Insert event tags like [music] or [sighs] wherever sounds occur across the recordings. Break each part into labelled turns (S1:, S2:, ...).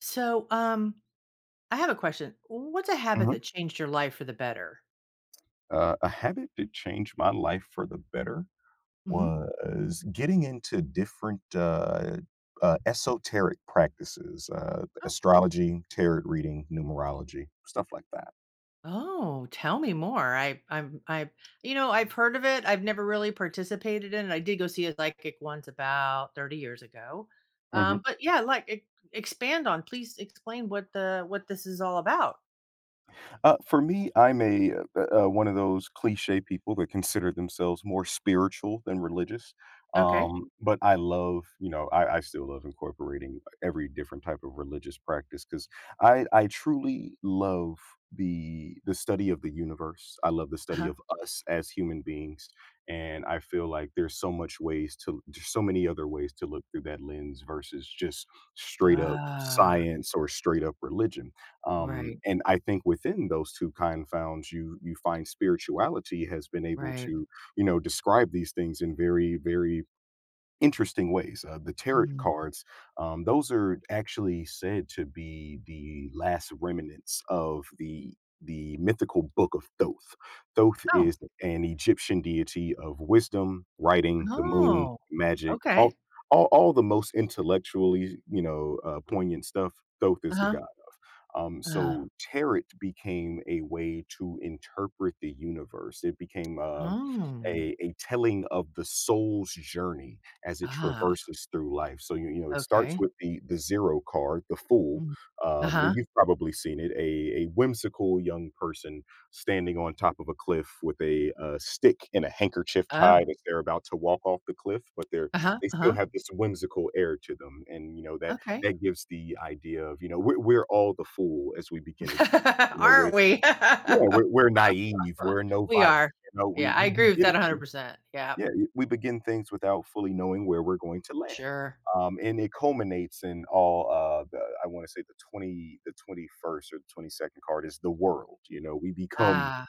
S1: So, um, I have a question. What's a habit
S2: Mhm.
S1: that changed your life for the better?
S2: A habit that changed my life for the better
S1: hmm
S2: was getting into different esoteric practices,
S1: Oh,
S2: astrology, tarot reading, numerology, stuff like that.
S1: oh, tell me more. You know, I've heard of it. I've never really participated in it. I did go see a psychic once about 30 years ago.
S2: Mhm.
S1: But yeah, expand on, please explain what this is all about.
S2: For me, I'm a one of those cliche people that consider themselves more spiritual than religious.
S1: Okay.
S2: But I love, I still love incorporating every different type of religious practice because I truly love the study of the universe. I love the
S1: Uh
S2: study
S1: huh.
S2: of us as human beings, and I feel like there's so many other ways to look through that lens versus just straight up
S1: Ah,
S2: science or straight up religion,
S1: right,
S2: and I think within those two confounds, you find spirituality has been able
S1: right.
S2: to, you know, describe these things in very interesting ways. The tarot
S1: Mm.
S2: cards, those are actually said to be the last remnants of the mythical book of Thoth. Thoth
S1: Oh,
S2: is an Egyptian deity of wisdom, writing, the moon,
S1: oh,
S2: magic, all
S1: okay.
S2: all, all the most intellectually, you know, poignant stuff. Thoth
S1: Uh
S2: is the
S1: huh.
S2: god. Um,
S1: Uh
S2: so
S1: huh.
S2: tarot became a way to interpret the universe. It became uh,
S1: Oh,
S2: a, a telling of the soul's journey as it
S1: ah,
S2: traverses through life. So you know it starts
S1: okay.
S2: with the zero card, the fool,
S1: Mm. Uh-huh.
S2: and you've probably seen it. A whimsical young person standing on top of a cliff with a stick and a handkerchief
S1: Oh.
S2: tied as they're about to walk off the cliff, but they're
S1: Uh-huh,
S2: they still
S1: uh-huh.
S2: have this whimsical air to them, and you know that
S1: Okay.
S2: that gives the idea of, you know, we're all the fool as we begin a journey.
S1: [laughs]
S2: You know, we're
S1: Aren't we? [laughs]
S2: yeah, we're we're naive, we're novice,
S1: We are.
S2: you know, we
S1: Yeah, I
S2: we
S1: agree with
S2: begin
S1: that
S2: things.
S1: 100%. Yep.
S2: Yeah, we begin things without fully knowing where we're going to land.
S1: Sure.
S2: And it culminates in all the I want to say the 21st or the 22nd card is the world. You know, we become
S1: Ah.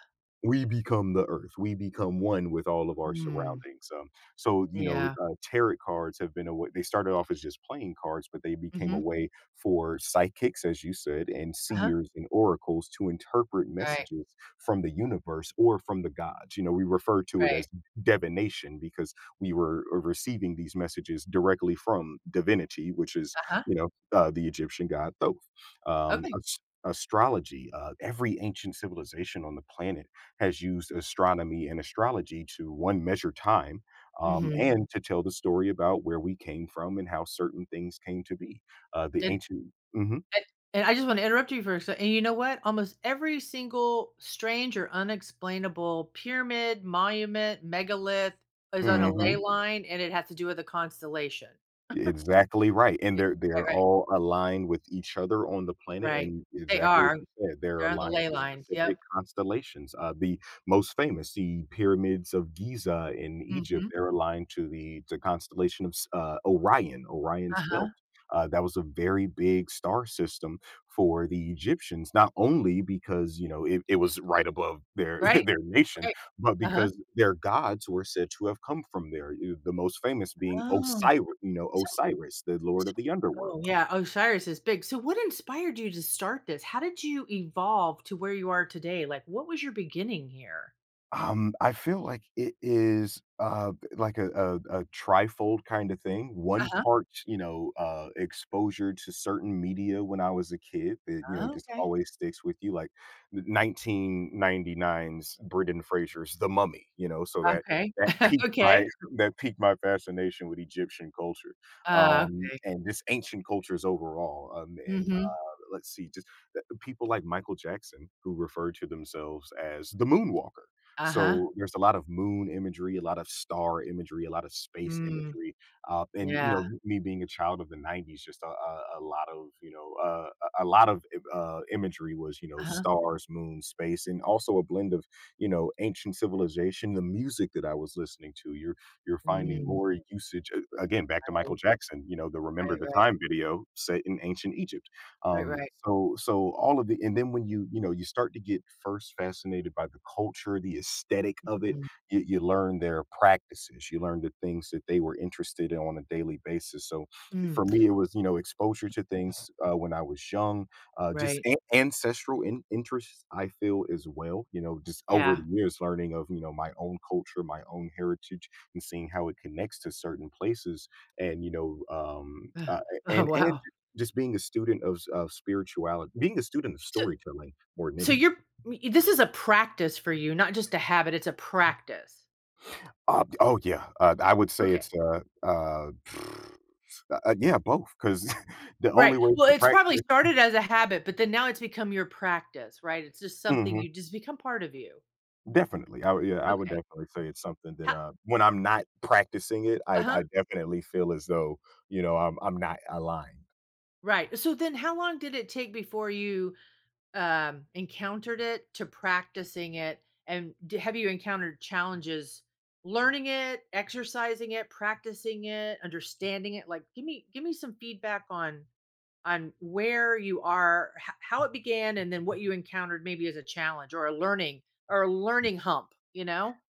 S2: we become the earth. We become one with all of our
S1: Hmm.
S2: surroundings. So you know,
S1: Yeah.
S2: tarot cards have been a way. They started off as just playing cards, but they became a
S1: Mhm.
S2: way for psychics, as you said, and
S1: Uh-huh.
S2: seers and oracles to interpret
S1: Right,
S2: messages from the universe or from the gods. You know, we refer to it
S1: right.
S2: as divination because we were, receiving these messages directly from divinity, which is,
S1: Uh-huh.
S2: you know, the Egyptian god Thoth.
S1: Okay.
S2: Astrology, every ancient civilization on the planet has used astronomy and astrology to, one, measure time,
S1: Mhm.
S2: and to tell the story about where we came from and how certain things came to be. The
S1: And
S2: ancient.
S1: and and I just wanna interrupt you for a second. And you know what? Almost every single strange or unexplainable pyramid, monument, megalith is on a ley
S2: Hmm
S1: line, and it has to do with a constellation.
S2: Exactly right, and
S1: Yeah.
S2: they're
S1: Right,
S2: they're
S1: right.
S2: all aligned with each other on the planet,
S1: Right.
S2: and
S1: They
S2: exactly as
S1: are.
S2: you said, they're
S1: They're on the
S2: aligned
S1: ley
S2: to
S1: lines.
S2: specific
S1: Yep.
S2: constellations. The most famous, the pyramids of Giza in Egypt,
S1: Mhm.
S2: they're aligned to the constellation of Orion, Orion's
S1: Uh-huh.
S2: Belt. That was a very big star system for the Egyptians, not only because, you know, it was right above their [laughs]
S1: Right,
S2: their nation,
S1: right.
S2: but
S1: Uh-huh.
S2: because their gods were said to have come from there, you the most famous being
S1: Oh.
S2: Osiris. You know,
S1: So
S2: Osiris, the lord of
S1: so,
S2: the underworld.
S1: oh, yeah. Osiris is big. So what inspired you to start this? How did you evolve to where you are today? Like, what was your beginning here?
S2: I feel like it is, like a trifold kinda thing. One
S1: Uh-huh.
S2: part, you know, exposure to certain media when I was a kid that, you know, just
S1: Okay.
S2: always sticks with you, like the 1999's Brendan Fraser's The Mummy, you know, so
S1: Okay.
S2: that
S1: [laughs]
S2: piqued my
S1: Okay.
S2: [laughs] that piqued my fascination with Egyptian culture,
S1: Okay.
S2: and just ancient cultures overall, um, and
S1: Mhm.
S2: let's see, just people like Michael Jackson who refer to themselves as the moonwalker.
S1: Uh-huh.
S2: So there's a lot of moon imagery, a lot of star imagery, a lot of space
S1: Mm.
S2: imagery, and you
S1: Yeah.
S2: know, me being a child of the '90s, just a lot of, you know, a lot of imagery was, you know,
S1: Uh-huh.
S2: stars, moon, space, and also a blend of, you know, ancient civilization. The music that I was listening to, you're finding
S1: Mm.
S2: more usage, again back to Michael
S1: Right,
S2: Jackson. You know, the
S1: right,
S2: "Remember the
S1: right.
S2: Time" video set in ancient Egypt.
S1: Right, right.
S2: So so all of the And then when you know, you start to get first fascinated by the culture, the aesthetic of it,
S1: Mm.
S2: you learn their practices, you learn the things that they were interested in on a daily basis. So
S1: Mm.
S2: for me, it was, you know, exposure to things when I was young, just
S1: Right.
S2: ancestral interests. I feel as well, you know, just over
S1: Yeah.
S2: the years learning of, you know, my own culture, my own heritage, and seeing how it connects to certain places, and you know,
S1: [sighs] Ugh. Oh,
S2: and
S1: wow.
S2: just being a student of s of spirituality, being a student of
S1: So
S2: storytelling more than
S1: So
S2: anything.
S1: you're this is a practice for you, not just a habit, it's a practice.
S2: Oh, yeah. I would say it's,
S1: Okay.
S2: uh, [sighs] [sniffs] yeah, both 'cause [laughs] the
S1: Right.
S2: only way
S1: Well,
S2: to
S1: it's probably
S2: practice.
S1: started as a habit, but then now it's become your practice, right? It's just something
S2: Mhm,
S1: you just become part of you.
S2: definitely. I would
S1: Okay.
S2: definitely say it's something that, when I'm not practicing it,
S1: Uh-huh.
S2: I definitely feel as though, you know, I'm not aligned.
S1: Right. So then how long did it take before you, encountered it to practicing it? And d have you encountered challenges learning it, exercising it, practicing it, understanding it? Like, give me some feedback on where you are, h- how it began, and then what you encountered maybe as a challenge or a learning hump, you know?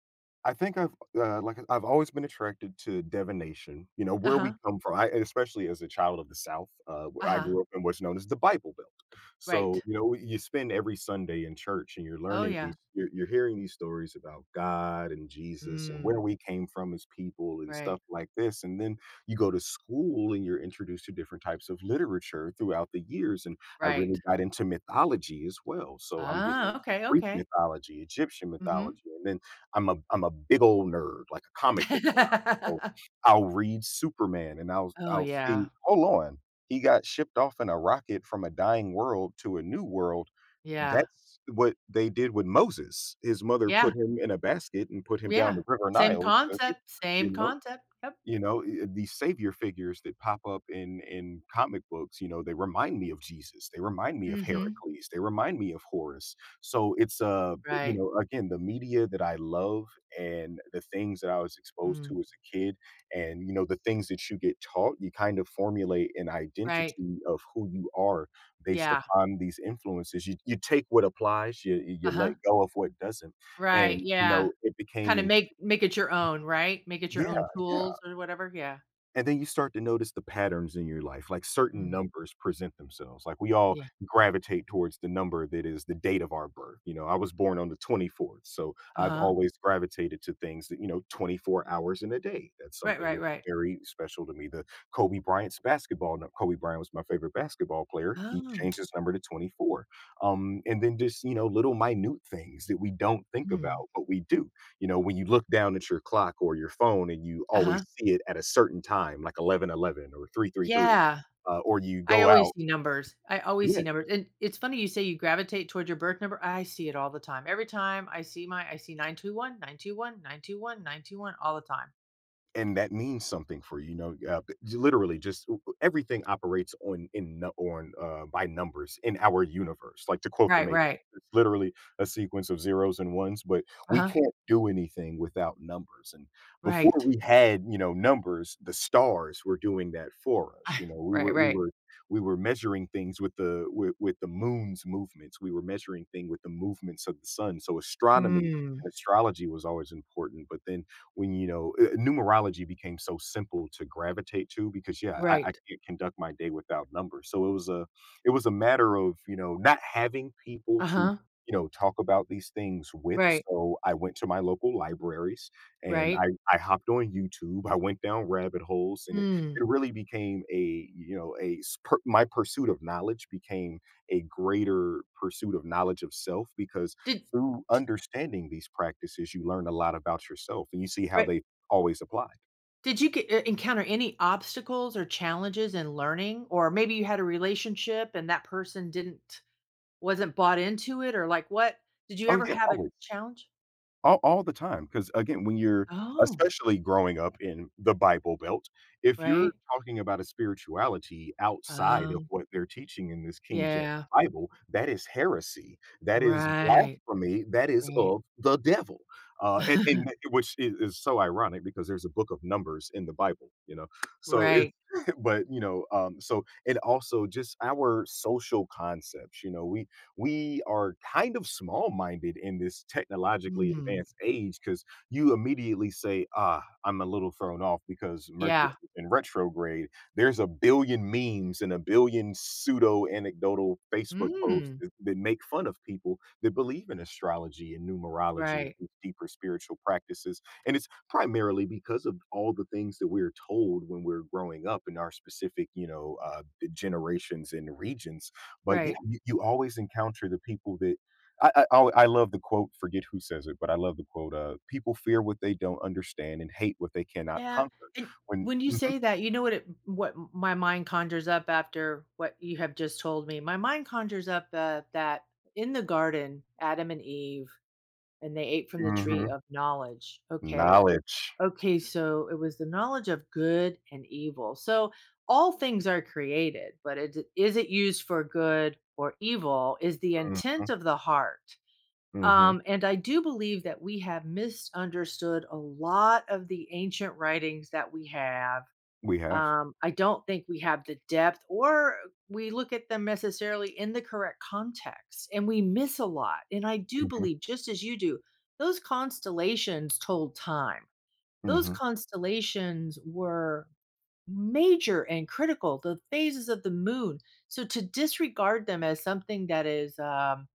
S2: I think I've, I've always been attracted to divination, you know,
S1: Uh
S2: where we
S1: huh.
S2: come from, I and especially as a child of the South,
S1: Uh
S2: where I
S1: huh.
S2: grew up in what's known as the Bible Belt. So,
S1: Right.
S2: you know, you spend every Sunday in church and you're
S1: Oh,
S2: learning
S1: yeah.
S2: these, you're hearing these stories about God and Jesus and
S1: Mm,
S2: where we came from as people and
S1: right.
S2: stuff like this. And then you go to school and you're introduced to different types of literature throughout the years. And I really
S1: Right.
S2: got into mythology as well. So I'm getting
S1: Ah,
S2: into
S1: okay.
S2: Greek
S1: Okay.
S2: mythology, Egyptian
S1: Mm-hmm.
S2: mythology, and then I'm a big old nerd, like a comic book nerd. So
S1: [laughs]
S2: I'll read Superman and
S1: Oh,
S2: I'll
S1: yeah.
S2: see, "Hold on, he got shipped off in a rocket from a dying world to a new world."
S1: Yeah.
S2: That's what they did with Moses. His mother
S1: Yeah.
S2: put him in a basket and put him down
S1: Yeah.
S2: the river
S1: Same
S2: Nile to,
S1: concept.
S2: you
S1: Same
S2: know?
S1: concept. Yep.
S2: You know, eh, these savior figures that pop up in comic books, you know, they remind me of Jesus, they remind me of
S1: Mm-hmm.
S2: Heracles, they remind me of Horus. So it's, you
S1: Right.
S2: know, again, the media that I love and the things that I was exposed
S1: Mm,
S2: to as a kid and, you know, the things that you get taught, you kind of formulate an
S1: right.
S2: identity of who you are based
S1: Yeah.
S2: upon these influences. You take what applies,
S1: Uh
S2: you
S1: huh.
S2: let go of what doesn't.
S1: Right.
S2: And, you
S1: Yeah.
S2: know, it became
S1: Kinda
S2: in.
S1: make it your own, right? Make it your
S2: Yeah,
S1: own
S2: yeah.
S1: tools or whatever? Yeah.
S2: And then you start to notice the patterns in your life, like certain
S1: Mm,
S2: numbers present themselves. Like we all
S1: yeah.
S2: gravitate towards the number that is the date of our birth. You know, I was born on the 24th, so I've
S1: Uh-huh.
S2: always gravitated to things that, you know, 24 hours in a day. That's
S1: Right,
S2: something
S1: right,
S2: that's
S1: right.
S2: very special to me. The Kobe Bryant's basketball, nu- Kobe Bryant was my favorite basketball player. He
S1: Oh.
S2: changed his number to 24. And then just, you know, little minute things that we don't think about,
S1: Mm.
S2: but we do. You know, when you look down at your clock or your phone and you
S1: Uh-huh.
S2: always see it at a certain time, like 11:11 or 3:33,
S1: Yeah.
S2: or you
S1: I
S2: go
S1: always
S2: out.
S1: see numbers. I always
S2: Yeah,
S1: see numbers, and it's funny you say you gravitate toward your birth number. I see it all the time. Every time I see my I see 9:21 9:21 9:21 9:21 all the time.
S2: and that means something for you, you know, literally just everything operates on by numbers in our universe. Like to quote the
S1: Right,
S2: matrix,
S1: right.
S2: it's literally a sequence of zeros and ones, but we
S1: Uh-huh.
S2: can't do anything without numbers. And before
S1: Right.
S2: we had, you know, numbers, the stars were doing that for us.
S1: I
S2: You know, we
S1: right,
S2: were we
S1: right.
S2: were we were measuring things with the with the moon's movements. We were measuring thing with the movements of the sun. So astronomy
S1: Mm.
S2: and astrology was always important, but then when, you know, numerology became so simple to gravitate to because yeah, I
S1: Right.
S2: can't conduct my day without numbers. So it was a, it was a matter of, you know, not having people to,
S1: Uh-huh.
S2: you know, talk about these things with.
S1: Right.
S2: So I went to my local libraries, and
S1: Right.
S2: I hopped on youtube, I went down rabbit holes and
S1: Mm.
S2: it really became a, you know, a my pursuit of knowledge became a greater pursuit of knowledge of self because
S1: Did
S2: through
S1: did
S2: understanding these practices, you learn a lot about yourself, and you see how
S1: right.
S2: they always applied.
S1: Did you get, encounter any obstacles or challenges in learning? Or maybe you had a relationship and that person didn't wasn't bought into it or like what? Did you
S2: Oh,
S1: ever
S2: yeah,
S1: have a
S2: always.
S1: challenge?
S2: All the time. Because again, when you're
S1: Oh,
S2: especially growing up in the Bible Belt, if you're
S1: right.
S2: talking about a spirituality outside of
S1: Um,
S2: what they're teaching in this King James
S1: yeah.
S2: Bible, that is heresy, that is
S1: Right.
S2: blasphemy, that is
S1: Right.
S2: of the devil, and
S1: [laughs]
S2: which is so ironic because there's a book of Numbers in the Bible, you know? So it's
S1: Right.
S2: [laughs] but, so and also just our social concepts, you know, we are kind of small minded in this technologically
S1: Mm.
S2: advanced age because you immediately say, ah, I'm a little thrown off because Mercury
S1: Yeah.
S2: is in retrograde. There's a billion memes and a billion pseudo anecdotal Facebook posts
S1: Mm.
S2: that make fun of people that believe in astrology and numerology and
S1: Right.
S2: these deeper spiritual practices. And it's primarily because of all the things that we're told when we're growing up in our specific, generations and regions, but yeah,
S1: Right.
S2: you always encounter the people that I al I love the quote, forget who says it, but I love the quote, "People fear what they don't understand and hate what they cannot
S1: Yeah,
S2: conquer."
S1: and
S2: When
S1: when you
S2: Mhm,
S1: say that, you know what my mind conjures up after what you have just told me? My mind conjures up, that in the garden, Adam and Eve, and they ate from the tree
S2: mhm.
S1: of knowledge.
S2: Knowledge.
S1: Okay, so it was the knowledge of good and evil. So, all things are created, but it is it used for good or evil is the
S2: Mhm,
S1: intent of the heart.
S2: mhm.
S1: And I do believe that we have misunderstood a lot of the ancient writings that we have.
S2: We have.
S1: I don't think we have the depth, or we look at them necessarily in the correct context, and we miss a lot. And I do
S2: Mhm,
S1: believe, just as you do, those constellations told time. Those
S2: mhm.
S1: constellations were major and critical, the phases of the moon. So to disregard them as something that is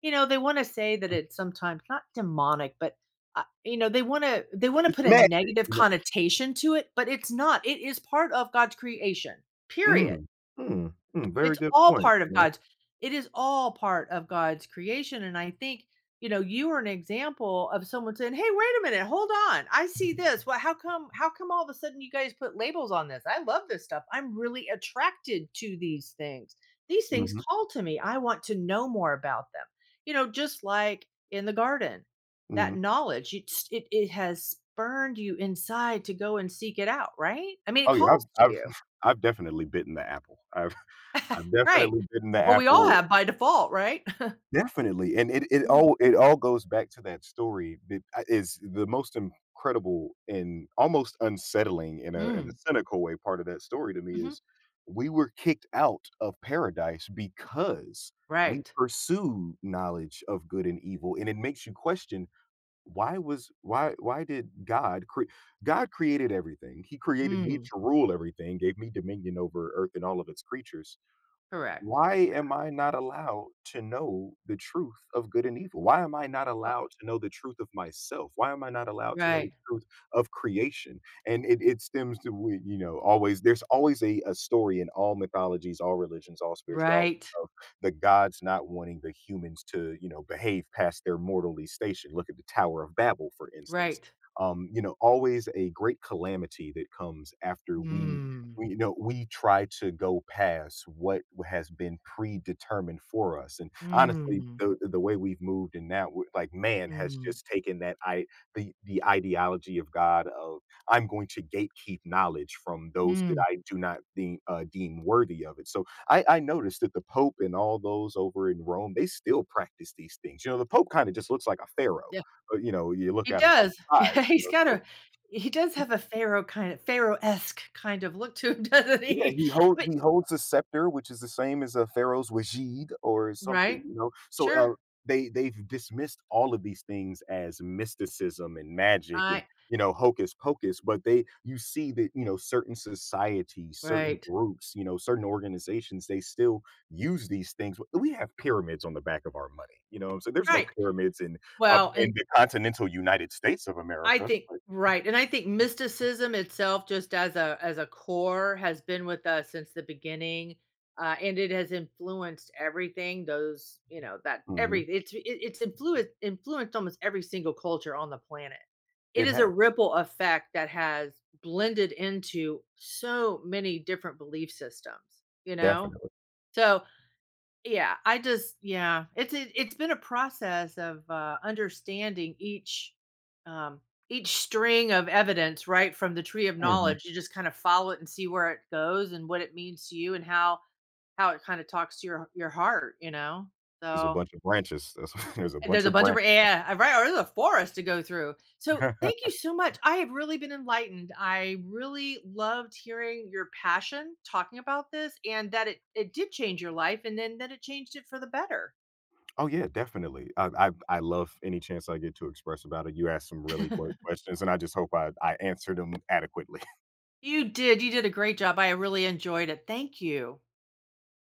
S1: you know, they wanna say that
S2: Mm.
S1: it's sometimes not demonic, but, you know, they wanna
S2: It's
S1: put a
S2: magic,
S1: negative
S2: you know?
S1: connotation to it, but it's not. It is part of God's creation, period.
S2: Mm, mm, mm, very
S1: It's
S2: good
S1: all
S2: point,
S1: part of
S2: you know?
S1: God's it is all part of God's creation, and I think, you know, you are an example of someone saying, "Hey, wait a minute, hold on, I see this. Well, how come all of a sudden you guys put labels on this? I love this stuff. I'm really attracted to these things. These things
S2: Mhm,
S1: call to me. I want to know more about them." You know, just like in the garden, that
S2: mhm.
S1: knowledge, it has spurned you inside to go and seek it out, right? I mean, it
S2: Oh, yeah,
S1: calls
S2: I've
S1: to
S2: I've
S1: you.
S2: [laughs] I've definitely bitten the apple. I've [laughs] I've
S1: Right.
S2: definitely bitten the
S1: Well, we all
S2: apple.
S1: have by default, right? [laughs]
S2: Definitely, and it it
S1: Mm,
S2: all it all goes back to that story that I is the most incredible and almost unsettling in a
S1: mm,
S2: cynical way part of that story to me
S1: mhm.
S2: is we were kicked out of paradise because we
S1: Right.
S2: pursued knowledge of good and evil, and it makes you question why was why did God created everything. He created me
S1: Mm.
S2: to rule everything, gave me dominion over earth and all of its creatures.
S1: Correct.
S2: Why am I not allowed to know the truth of good and evil? Why am I not
S1: Well
S2: allowed to know the truth of myself? Why am I not allowed to know
S1: right.
S2: the truth of creation? And it stems to, you know, always, there's always a story in all mythologies, all religions, all spirituality
S1: Right.
S2: of the gods not wanting the humans to, you know, behave past their mortally station. Look at the Tower of Babel, for instance.
S1: Right.
S2: You know, always a great calamity that comes after
S1: Mm.
S2: you know, we try to go past what has been predetermined for us. And honestly,
S1: Mm.
S2: the way we've moved, and now like man has
S1: Mm.
S2: just taken that I the ideology of god of I'm going to gatekeep knowledge from those that
S1: Mm.
S2: I do not deem, deem worthy of it. So I noticed that the pope and all those over in Rome, they still practice these things, you know. The pope kind of just looks like a pharaoh,
S1: Yeah.
S2: you know, you look
S1: He
S2: at him from
S1: does. [laughs]
S2: the side,
S1: Yeah,
S2: you know. So
S1: he does have a pharaoh-esque kind of look to him, [laughs] doesn't
S2: yeah,
S1: he? But
S2: he holds a scepter, which is the same as a pharaoh's wajid or something,
S1: right.
S2: you know. So
S1: Sure.
S2: they've dismissed all of these things as mysticism and magic and,
S1: I
S2: you know, hocus pocus, but they, you see that, you know, certain societies, certain
S1: right.
S2: groups, you know, certain organizations, they still use these things. We have pyramids on the back of our money, you know. So there's no
S1: Right.
S2: pyramids in up
S1: Well,
S2: in
S1: and
S2: the continental United States of
S1: I
S2: America,
S1: think
S2: but
S1: right, and I think mysticism itself, just as a core, has been with us since the beginning, and it has influenced everything. Those, you know, that every
S2: Mhm.
S1: it's influenced almost every single culture on the planet. It
S2: It
S1: is a
S2: has
S1: ripple effect that has blended into so many different belief systems. You know,
S2: definitely.
S1: so yeah, I just yeah, it's been a process of understanding um, each string of evidence right from the tree of
S2: Mm-hmm.
S1: knowledge. You just kind of follow it and see where it goes and what it means to you and how it kind of talks to your heart, you know.
S2: There's a
S1: So
S2: bunch of branches. That's [laughs] there's a
S1: and there's
S2: bunch
S1: a
S2: of
S1: bunch of
S2: branches.
S1: Yeah, I- right. Or there's a forest to go through. So
S2: [laughs]
S1: thank you so much. I have really been enlightened. I really loved hearing your passion talking about this and that it did change your life and then that it changed it for the better.
S2: Oh, yeah, definitely. I love any chance I get to express about it. You asked some really great questions, and I just hope I answered them adequately.
S1: You did. You did a great job. I really enjoyed it. Thank you.